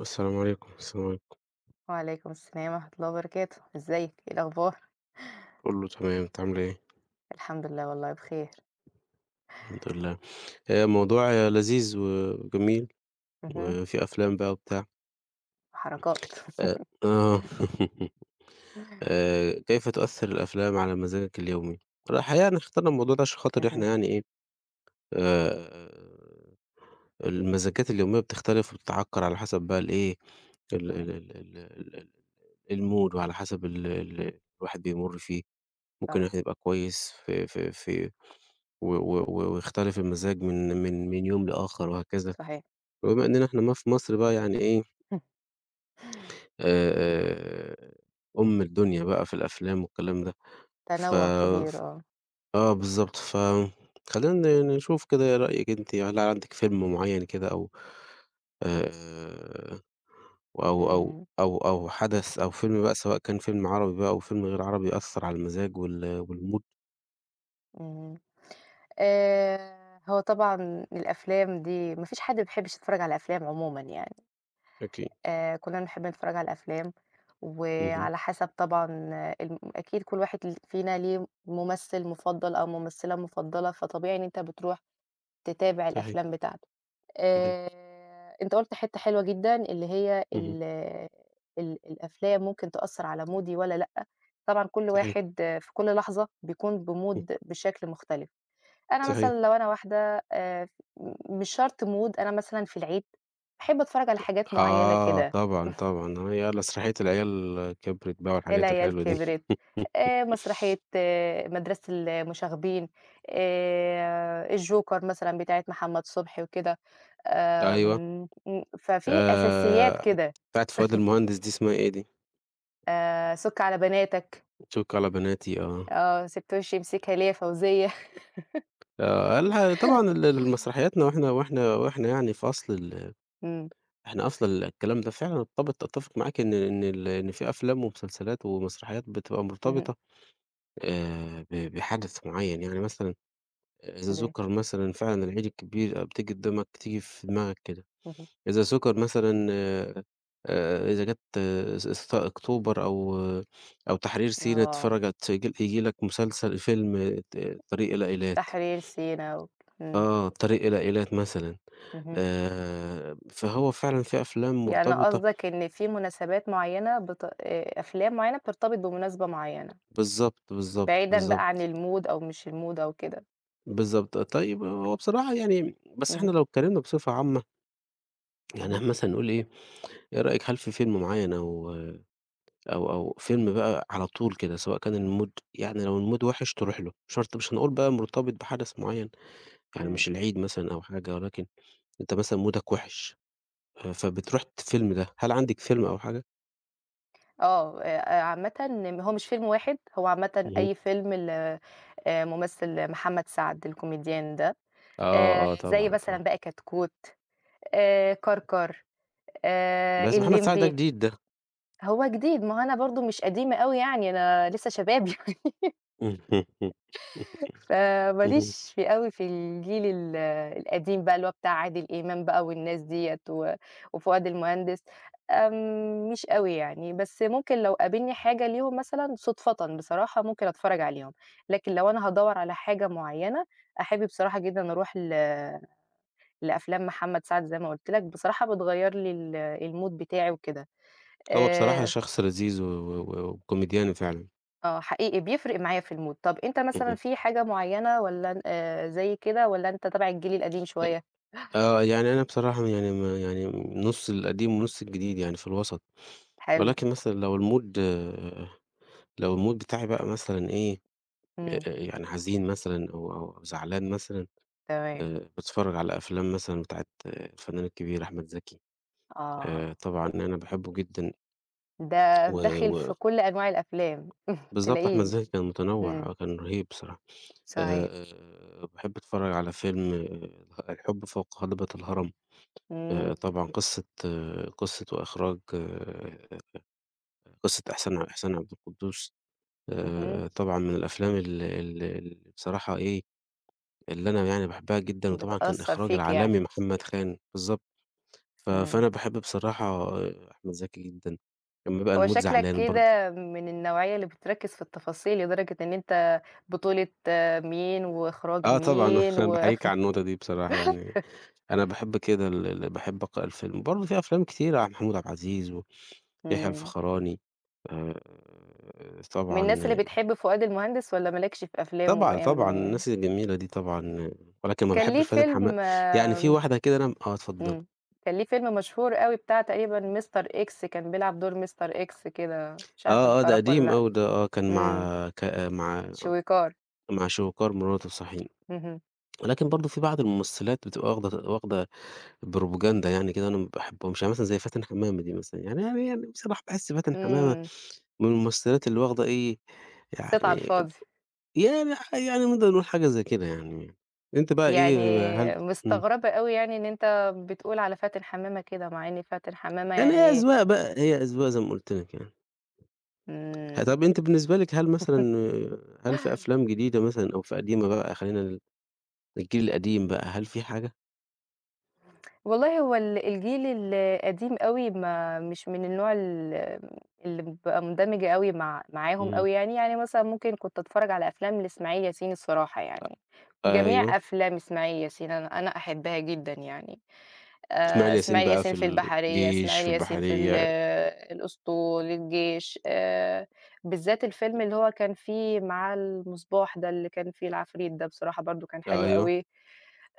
السلام عليكم، السلام عليكم. وعليكم السلام ورحمة الله وبركاته، إزيك، إيه الأخبار؟ كله تمام، أنتِ عاملة إيه؟ الحمد لله والله بخير. الحمد لله. موضوع لذيذ وجميل اهم. وفي أفلام بقى وبتاع. وحركات. آآ آه. كيف تؤثّر الأفلام على مزاجك اليومي؟ الحقيقة إحنا اخترنا الموضوع ده عشان خاطر اهم. إحنا يعني إيه، آآ المزاجات اليومية بتختلف وبتتعكّر على حسب بقى الإيه، ال ال صحيح. ال ال ال ال المود وعلى حسب ال الواحد بيمُر فيه. ممكن صح. الواحد يبقى كويس في و ويختلف المزاج من يوم لآخر وهكذا. صحيح. وبما إننا إحنا ما في مصر بقى يعني إيه آآ، أم الدنيا بقى في الأفلام والكلام ده. ف تنوع كبير، ف آه. آه بالضبط. خلّينا نشوف كده إيه رأيِك أنتِ، هل عندِك فيلم معيّن كده أو آآ، أو أو إمم. أو أو حدث أو فيلم بقى سواء كان فيلم عربي بقى أو فيلم غير عربي أثّر على المزاج والMood؟ إمم. هو طبعًا الأفلام دي ما فيش حد ما بيحبش يتفرّج على أفلام عمومًا يعني. أكيد. كلّنا بنحب نتفرّج على الأفلام، اهم. وعلى حسب طبعًا، آه، أكيد كل واحد فينا ليه ممثل مُفضّل أو ممثلة مُفضّلة، فطبيعي إن أنت بتروح تتابع صحيح، الأفلام بتاعته. صحيح. آآ أنت قُلت حتّة حلوة جدًا، اللي هي اهم. ال ال الأفلام ممكن تأثّر على مودي والّا لأ. طبعًا كل صحيح، واحد، آه، في كل لحظة بيكون إمم، بmood بشكل مختلف. أنا صحيح. مثلًا لو أنا واحدة، مش شرط mood. أنا مثلًا في العيد باحب أتفرّج على حاجات معيّنة آه كده. طبعًا، طبعًا. آه، يالّا "مسرحية العيال كبرت" بقى والحاجات العيال الحلوة دي. كبرت. مسرحية، آه، مدرسة المشاغبين. الجوكر مثلًا بتاعة محمد صبحي وكده. أيوه، آمم م ففي أساسيات آآ كده. بتاعة فؤاد المهندس دي اسمها إيه دي؟ سُك على بناتك. "شِك على بناتي" آه. آه، سِبت وشي امسكها ليه يا فوزية. الح طبعًا المسرحياتنا وإحنا يعني في أصل إمم. إحنا أصل الكلام ده فعلًا ارتبط أتّفق معاك إن في أفلام ومسلسلات ومسرحيات بتبقى اهم. مرتبطة بحدث معيّن، يعني مثلًا إذا زي. سُكر مثلًا فعلًا العيد الكبير بتيجي قدامك تيجي في دماغك كده، اهم. إذا سُكر مثلًا إذا جات س س أكتوبر أو آه، أو تحرير سيناء آه. تتفرّج على ييجي لك مسلسل فيلم طريق إلى إيلات، تحرير سينا إمم. آه، طريق إلى إيلات مثلًا اهم. فهو فعلًا في أفلام يعني مرتبطة قصدك إن في مناسبات معيّنة بت أفلام معيّنة بترتبط بمناسبة معيّنة، بالضبط، بالضبط، بعيدًا بقى عن بالضبط، الmood أو مش الmood أو كده. بالضبط، طيب هو بصراحة يعني بس إحنا اهم. لو اتكلمنا بصفة عامة يعني اهم. مثلًا نقول إيه، إيه رأيك هل في فيلم معيّن أو أو فيلم بقى على طول كده، سواء كان الmood يعني لو الmood وِحِش تروح له، مش شرط مش هنقول بقى مرتبط بحدث معيّن، يعني إمم. مش العيد مثلًا أو حاجة، ولكن أنت مثلًا مودك وِحِش، فبتروح الفيلم ده، هل عندِك فيلم أو حاجة؟ آه. عامةً هو مش فيلم واحد، هو عامةً اهم. أي فيلم ممثل محمد سعد الكوميديان ده. آه، آه، زي طبعًا، مثلًا طبعًا، بقى كتكوت، كركر، بس محمد سعد ده الليمبي. جديد ده. هو جديد، ما هو أنا برضه مش قديمة أوي يعني، أنا لسه شباب يعني. اهم. فماليش في أوي في الجيل القديم بقى اللي هو بتاع عادل إمام بقى والناس ديّة وفؤاد المهندس. آمم مش أوي يعني، بس ممكن لو قابلني حاجة ليهم مثلًا صُدفةً بصراحة ممكن أتفرّج عليهم. لكن لو أنا هادوّر على حاجة معيّنة، أحب بصراحة جدًا أروح لأفلام محمد سعد زي ما قُلت لك، بصراحة بتغيّر لي الmood بتاعي وكده. هو بصراحة آآ شخص لذيذ و وكوميديان فعلًا. آه، حقيقي بيفرق معايا في الmood. طَب أنت مثلًا اهم. في حاجة معيّنة والّا، زي كده، والّا أنت تبع الجيل القديم أ شوية؟ آه، يعني أنا بصراحة يعني ما يعني نُص القديم ونُص الجديد، يعني في الوسط، حلو. ولكن مثلًا لو الmood لو الmood بتاعي بقى مثلًا إيه، إمم. يعني حزين مثلًا أو زعلان مثلًا، تمام. باتفرّج على أفلام مثلًا بتاعة الفنان الكبير أحمد زكي، آه، طبعًا أنا باحبه جدًا ده و داخل و في كل أنواع الأفلام بالضبط أحمد تلاقيه. زكي كان إمم. متنوّع، كان رهيب بصراحة، صحيح. باحب أتفرّج على فيلم آه، الحب فوق هضبة الهرم، إمم. طبعًا قصة آه، قصة وإخراج آه، قصة إحسان عبد القدوس، اهم. طبعًا من الأفلام ال ال ال بصراحة إيه اللي أنا يعني باحبها جدًا، وطبعًا كان بتأثّر إخراج فيك يعني. العالمي محمد خان، بالضبط. إمم. فأنا باحب بصراحة آه، أحمد زكي جدًا، لمّا يبقى هو المود شكلك زعلان برضه. كده من النوعية اللي بتركّز في التفاصيل لدرجة إن أنت بطولة، آه، مين وإخراج آه طبعًا، مين و. باحييك على النقطة دي بصراحة يعني، أنا باحب كده ال ال باحب أقرأ الفيلم. وبرضه في أفلام كتيرة عن محمود عبد العزيز ويحيى إمم. الفخراني، من الناس اللي طبعًا بتحب فؤاد المهندس والّا ما لكش في أفلامه طبعًا، أيام طبعًا، زمان؟ الناس الجميلة دي طبعًا، ولكن ما كان ليه باحبش فاتن حماقة. فيلم. يعني في آمم. واحدة كده أنا آه اتفضلي. إمم. كان ليه فيلم مشهور أوي بتاع تقريبًا مستر إكس، كان بيلعب دور مستر إكس كده، مش عارفة أنت آه، آه، ده تعرفه والّا قديم لأ. أوي ده، آه، كان مع إمم. مع شويكار. مع شويكار مراته صحيح. اهم. ولكن برضه في بعض الممثلات بتبقى واخدة بروباجندا يعني كده أنا ما باحبهمش، يعني مثلًا زي فاتن حمامة دي مثلًا، يعني بصراحة باحس فاتن حمامة إمم. من الممثلات اللي واخدة إيه، صيت على يعني الفاضي. يعني يعني نقدر نقول حاجة زي كده يعني. أنتِ بقى يعني إيه هل إمم. مستغربة أوي يعني إن أنت بتقول على فاتن حمامة كده، مع إن فاتن حمامة يعني هي يعني. أذواق بقى، هي أذواق زي ما قُلت لِك يعني. إمم. طب أنتِ بالنسبة لِك هل مثلًا هل في أفلام جديدة مثلًا أو في قديمة بقى خلّينا للجيل القديم بقى، هل في حاجة؟ والله هو الجيل القديم أوي ما مش من النوع اللي بابقى مندمجة أوي مع معاهم إمم. أوي يعني. يعني مثلًا ممكن كنت أتفرّج على أفلام لإسماعيل ياسين الصراحة يعني، أيوه. جميع أفلام إسماعيل ياسين أنا أحبها جدًا يعني. إسماعيل ياسين إسماعيل بقى ياسين في في البحرية، الجيش، إسماعيل في ياسين في ال، البحرية آه، الأسطول، الجيش. بالذات الفيلم اللي هو كان فيه معاه المصباح ده، اللي كان فيه العفريت ده، بصراحة برضه كان حلو أيوه، أوي.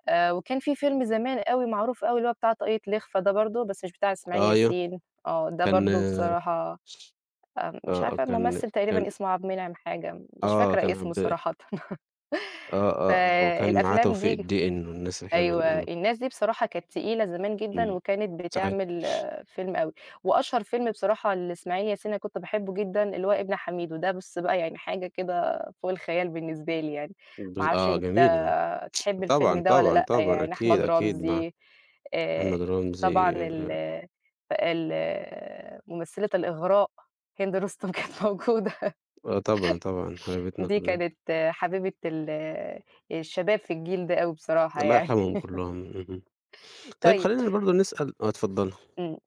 وكان في فيلم زمان أوي معروف أوي، اللي هو بتاع طاقية لخفة ده برضه، بس مش بتاع إسماعيل أيوه، ياسين. آه، ده كان برضه آه، بصراحة مش آه، عارفة كان الممثل كان تقريبًا اسمه عبد المنعم حاجة، مش آه، فاكرة كان اسمه عبد آه، صراحةً. آه، آه، وكان معاه فالأفلام توفيق دي، الدِقن والناس الحلوة أيوه، دي، إمم، الناس دي بصراحة كانت تقيلة زمان جدًا إمم، وكانت صحيح، بتعمل، آه، فيلم أوي. وأشهر فيلم بصراحة لإسماعيل ياسين أنا كنت باحبه جدًا اللي هو ابن حميدو، ده بُص بقى يعني حاجة كده فوق الخيال بالنسبة لي يعني. ما أعرفش آه، أنت جميل، آه، تحب الفيلم طبعًا، ده والّا طبعًا، لأ طبعًا، يعني؟ أكيد، أحمد أكيد مع رمزي. آآ، محمد طبعًا رمزي ال آه، ال ممثلة الإغراء هند رستم كانت موجودة. آه، طبعًا، طبعًا، حبايبتنا دي كلّنا، كانت، آه، حبيبة الشباب في الجيل ده أوي بصراحة الله يعني. يرحمهم كلّهم، اهم. طيب طيب. خلّينا برضه نسأل آه، اتفضلي، إمم.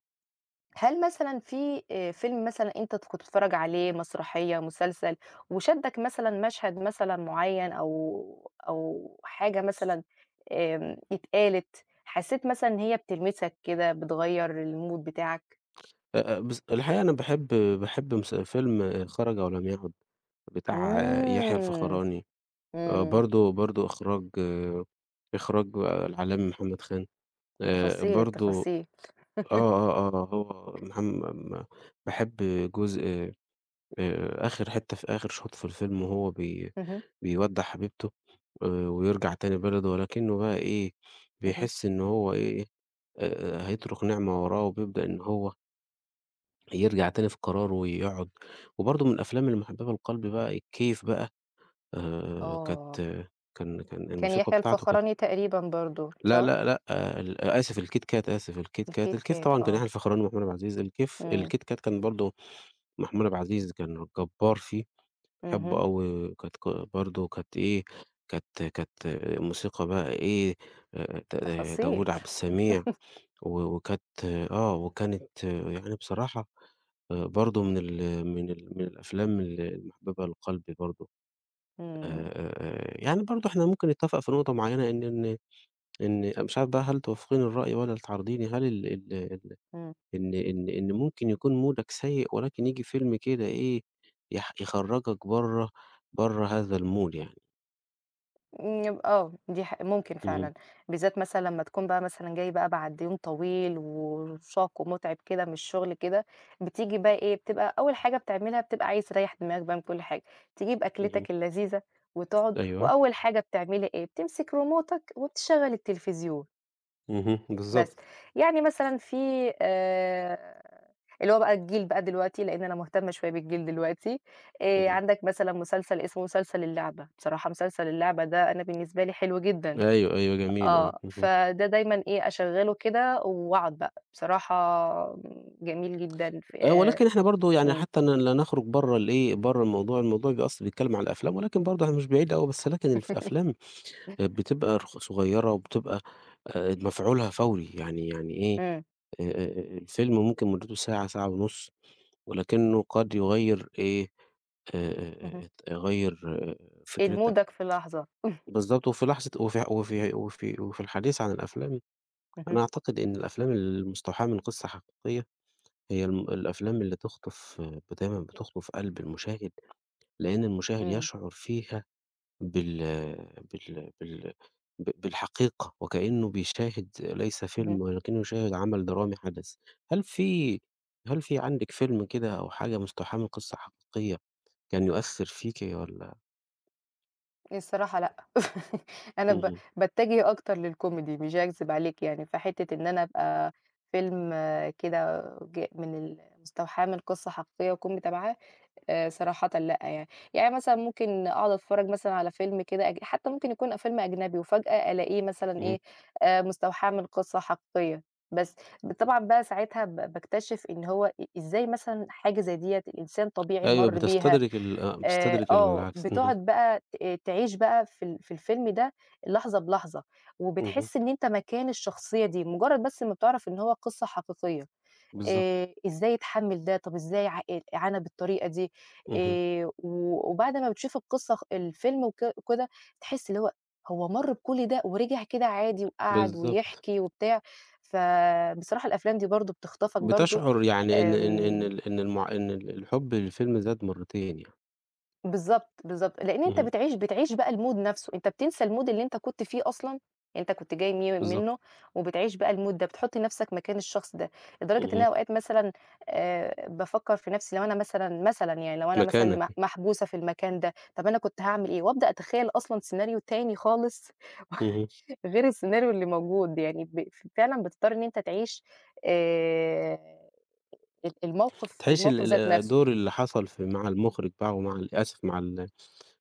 هل مثلًا في فيلم مثلًا أنت كنت بتتفرّج عليه، مسرحية، مسلسل، وشدّك مثلًا مشهد مثلًا معيّن، أو أو حاجة مثلًا، اتقالت، حسّيت مثلًا إن هي بتلمسك كده، بتغيّر الmood بتاعك؟ بس الحقيقة أنا باحب باحب فيلم خرج أو لم يعد. بتاع يحيى إمم. الفخراني، إمم. برضه إخراج آه، إخراج العالمي محمد خان، تفاصيل برضه التفاصيل. آه، آه، آه، هو محم م باحب جزء آخر حتّة في آخر شوط في الفيلم وهو اهم. بيودّع حبيبته ويرجع تاني بلده، ولكنه بقى إيه، اهم. بيحس إن هو إيه، هيترك نعمة وراه وبيبدأ إن هو يرجع تاني في قراره ويقعد وبرضه من الأفلام المحببة لقلبي بقى الكيف بقى كانت آه، كان كان الموسيقى يحيى بتاعته كانت الفخراني تقريبًا برضه، لأ، صح؟ لأ، لأ، آه، آسف الكيت كات، آسف الكيت كات، الكيت الكيف كات، طبعًا كان آه. يحيى الفخراني ومحمود عبد العزيز، إمم. الكيت كات كان برضه محمود عبد العزيز كان جبّار فيه، اهم. باحبه أوي، كانت ك برضه كانت إيه، كانت موسيقى بقى إيه، ت آه، تفاصيل. داوود عبد السميع وكانت آه، وكانت آه، يعني بصراحة برضه من من الأفلام المحببة لقلبي برضه. إمم. يعني برضه إحنا ممكن نتفق في نقطة معيّنة إن مش عارف بقى هل توافقيني الرأي والّا تعارضيني، هل ال ال ال إمم. إن ممكن يكون مودك سيء ولكن ييجي فيلم كده إيه، يخرّجك برّه برّه هذا الmood يعني. إمم. آه، دي ممكن اهم، فعلًا، بالذات مثلًا لمّا تكون بقى مثلًا جاي بقى بعد يوم طويل وشاق ومُتعب كده من الشغل كده، بتيجي بقى إيه، بتبقى أول حاجة بتعملها بتبقى عايز تريّح دماغك بقى من كل حاجة، تجيب اهم، أكلتك اللذيذة وتقعد، أيوه، وأول حاجة بتعملي إيه، بتمسك ريموتك وبتشغّل التلفزيون. اهم، بس. بالضبط، يعني مثلًا في آآ اللي هو بقى الجيل بقى دلوقتي، لإن أنا مهتمة شوية بالجيل دلوقتي. اهم، عندك مثلًا مسلسل اسمه مسلسل اللعبة، بصراحة مسلسل اللعبة ده أنا بالنسبة لي حلو جدًا. أيوه، أيوه جميل آه، آه، اهم، فده دايمًا إيه، أشغّله كده وأقعد بقى، بصراحة جميل جدًا ف. ولكن إحنا برضه يعني إمم. حتى لا نخرج برّه الإيه، برّه الموضوع، الموضوع بيبقى أصل بيتكلم على الأفلام ولكن برضه إحنا مش بعيد أوي بس لكن أفلام بتبقى صغيّرة وبتبقى مفعولها فوري، يعني إيه، إمم. اهم. الفيلم ممكن مُدته ساعة، ساعة ونُص، ولكنّه قد يغيّر إيه، آآ يغيّر إيه فكرتك. لمودك في لحظة. بالضبط، وفي لحظة وفي وفي وفي وفي الحديث عن الأفلام، اهم. أنا أعتقد إن الأفلام المستوحاة من قصّة حقيقية هي الأفلام اللي تخطف ب دايمًا بتخطف قلب المشاهد، لإن المشاهد إمم. يشعر فيها بال بال بال بالحقيقة، وكأنه بيشاهد ليس اهم. فيلم ولكنه يشاهد عمل درامي حدث. هل في هل في عندِك فيلم كده أو حاجة مستوحاة من قصة حقيقية كان يؤثّر فيكِ والّا الصراحة لأ. أنا اهم، باتجه أكتر للكوميدي مش هاكذب عليك يعني، فحتة إن أنا أبقى فيلم، آه، كده من مستوحاة من قصة حقيقية وكوميدي تبعها، صراحةً لأ يعني. يعني مثلًا ممكن أقعد أتفرج مثلًا على فيلم كده حتى ممكن يكون فيلم أجنبي وفجأة ألاقيه مثلًا اهم. إيه، مستوحاة من قصة حقيقية. بس طبعًا بقى ساعتها باكتشف إن هو إزاي مثلًا حاجة زي ديّة الإنسان طبيعي أيوه مَر بيها. بتستدرك ال آه، بتستدرك آه، العكس. اهم، بتقعد بقى آه، تعيش بقى في في الفيلم ده لحظة بلحظة، اهم، وبتحس إن أنت مكان الشخصية دي، مجرّد بس ما بتعرف إن هو قصة حقيقية، بالضبط، إزاي اتحمّل ده، طب إزاي آه، عانى بالطريقة دي. اهم، وبعد ما بتشوف القصة الفيلم وكده تحس اللي هو هو مَر بكل ده ورجع كده عادي وقعد بالضبط. ويحكي وبتاع. فبصراحة الأفلام دي برضه بتخطفك برضه. بتشعر يعني إن إن إن آمم. ال إن المع إن ال الحُب للفيلم زاد مرّتين يعني. بالضبط، بالضبط، لإن أنت اهم، بتعيش بقى الmood نفسه، أنت بتنسى الmood اللي أنت كنت فيه أصلًا، يعني أنت كنت جاي مي بالضبط، منه وبتعيش بقى الmood ده، بتحُط نفسك مكان الشخص ده، لدرجة إن أنا اهم. أوقات مثلًا بافكّر في نفسي لو أنا مثلًا، مثلًا يعني لو أنا مثلًا اللي مكانك. محبوسة في المكان ده، طَب أنا كنت هاعمل إيه؟ وأبدأ أتخيّل أصلًا سيناريو تاني خالص اهم. غير السيناريو اللي موجود، يعني فعلًا بتضطر إن أنت تعيش، آآ الموقف، تحسي ال الموقف ال ذات نفسه الدور اللي حصل في مع المُخرج بقى ومع آسف مع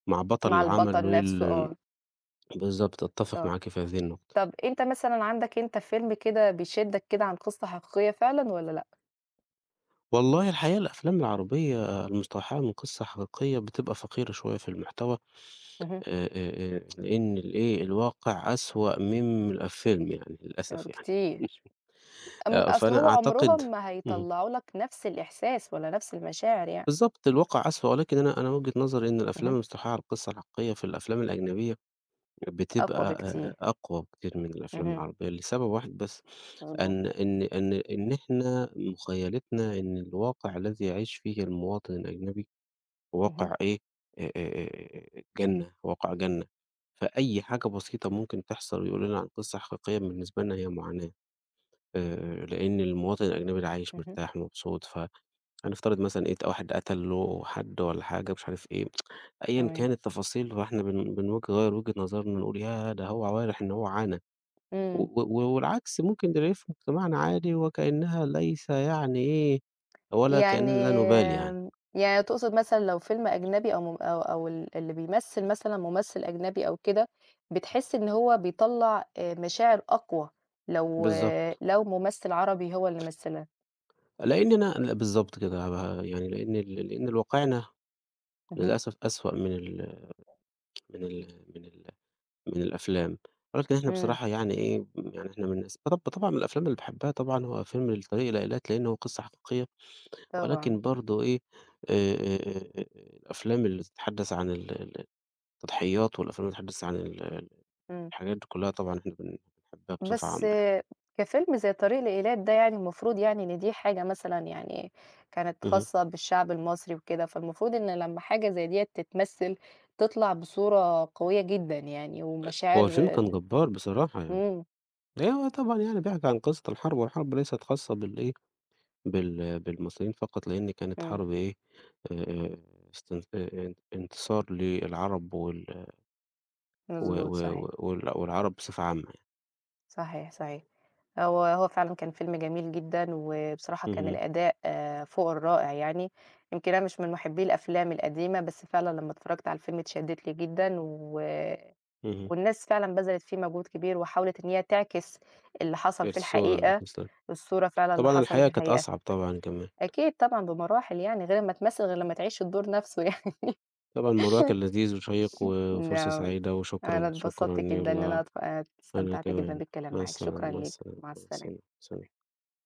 مع بطل مع العمل البطل نفسه، آه. بالضبط، أتّفق آه. معاكِ في هذه النقطة. طب أنت مثلًا عندك أنت فيلم كده بيشدّك كده عن قصة حقيقية فعلًا والّا لأ؟ والله الحقيقة الأفلام العربية المستوحاة من قصة حقيقية بتبقى فقيرة شوية في المحتوى اهم. لإن الإيه، الواقع أسوأ من الفيلم يعني آه للأسف يعني. كتير. أم أصل فأنا هو أعتقد عمرهم ما اهم. هيطلّعوا لك نفس الإحساس ولا نفس المشاعر يعني. بالضبط، الواقع أسوأ ولكن أنا وجهة نظري إن الأفلام اهم. المستوحاة على القصة الحقيقية في الأفلام الأجنبية بتبقى أقوى أ أ بكتير. أقوى بكتير من الأفلام اهم. العربية لسبب واحد بس، مضبوط. أن إن إن إن إحنا مخيّلتنا إن الواقع الذي يعيش فيه المواطن الأجنبي اهم. واقع إيه، جنة، واقع جنة، فأي حاجة بسيطة ممكن تحصل ويقولوا لنا عن قصة حقيقية بالنسبة لنا هي معاناة، لإن المواطن الأجنبي ده عايش اهم. مرتاح مبسوط، فهنفترض مثلًا إيه واحد قتل له حد والّا حاجة مش عارف إيه أيًا تمام. كانت التفاصيل فإحنا بنغيّر وجهة نظرنا نقول ياه! ده هو عوارِح إن هو عانى، إمم. و والعكس ممكن نلاقيه في مجتمعنا عادي وكأنها ليس يعني إيه، ولا يعني كأننا لا نبالي يعني، آمم، يعني تقصد مثلًا لو فيلم أجنبي، أو أو أو اللي بيمثّل مثلًا ممثّل أجنبي أو كده، بتحس إن هو بيطلّع، مشاعر أقوى لو، آه، بالضبط، لو ممثّل عربي هو اللي مثّلها. لإننا ل بالضبط كده يعني لإن الواقعنا اهم. للأسف أسوأ من ال من من الأفلام، ولكن إحنا إمم. بصراحة يعني إيه، يعني إحنا من الناس طبعًا من الأفلام اللي باحبها طبعًا هو فيلم الطريق إلى إيلات، لأن هو قصة حقيقية طبعًا. ولكن برضه إيه، الأفلام اللي بتتحدّث عن ال ال التضحيّات والأفلام اللي بتتحدّث عن ال ال إمم. الحاجات دي كُلّها طبعًا إحنا بنحبّها بصفة بس عامة يعني. آه، كفيلم زي طريق لإيلات ده يعني المفروض يعني إن دي حاجة مثلًا يعني كانت اهم. خاصة بالشعب المصري وكده، فالمفروض إن لمّا حاجة زي ديّة تتمثّل تطلع بصورة قوية جدًا يعني هو الفيلم ومشاعر. كان جبّار بصراحة يعني. إمم. أيوه طبعًا يعني بيحكي عن قصة الحرب، والحرب ليست خاصة بالإيه، بالمصريين فقط، لإن كانت إمم. حرب إيه، آآ استن ان انتصار للعرب و مضبوط و صحيح. وال والعرب بصفة عامة يعني. صحيح. صحيح. هو هو فعلًا كان فيلم جميل جدًا، وبصراحة كان اهم، الأداء، آه، فوق الرائع يعني. يمكن أنا مش من محبّي الأفلام القديمة، بس فعلًا لمّا اتفرجت على الفيلم اتشدّت ليه جدًا و. اهم. والناس فعلًا بذلت فيه مجهود كبير، وحاولت إن هي تعكس اللي حصل في الصورة اللي الحقيقة، حصلت. الصورة فعلًا اللي طبعًا حصلت الحياة في كانت الحقيقة. أصعب طبعًا كمان. أكيد طبعًا بمراحل يعني، غير أمّا تمثّل غير لمّا تعيش الدور نفسه يعني. طبعًا الموضوع كان لذيذ وشيّق وفرصة نعم. سعيدة أنا وشكرًا، شكرًا، اتبسطت جدًا إن أنا يالّا أنا استمتعت جدًا كمان، بالكلام مع معاك، شكرًا السلامة، مع ليك، السلامة، مع مع السلامة، السلامة. سلام.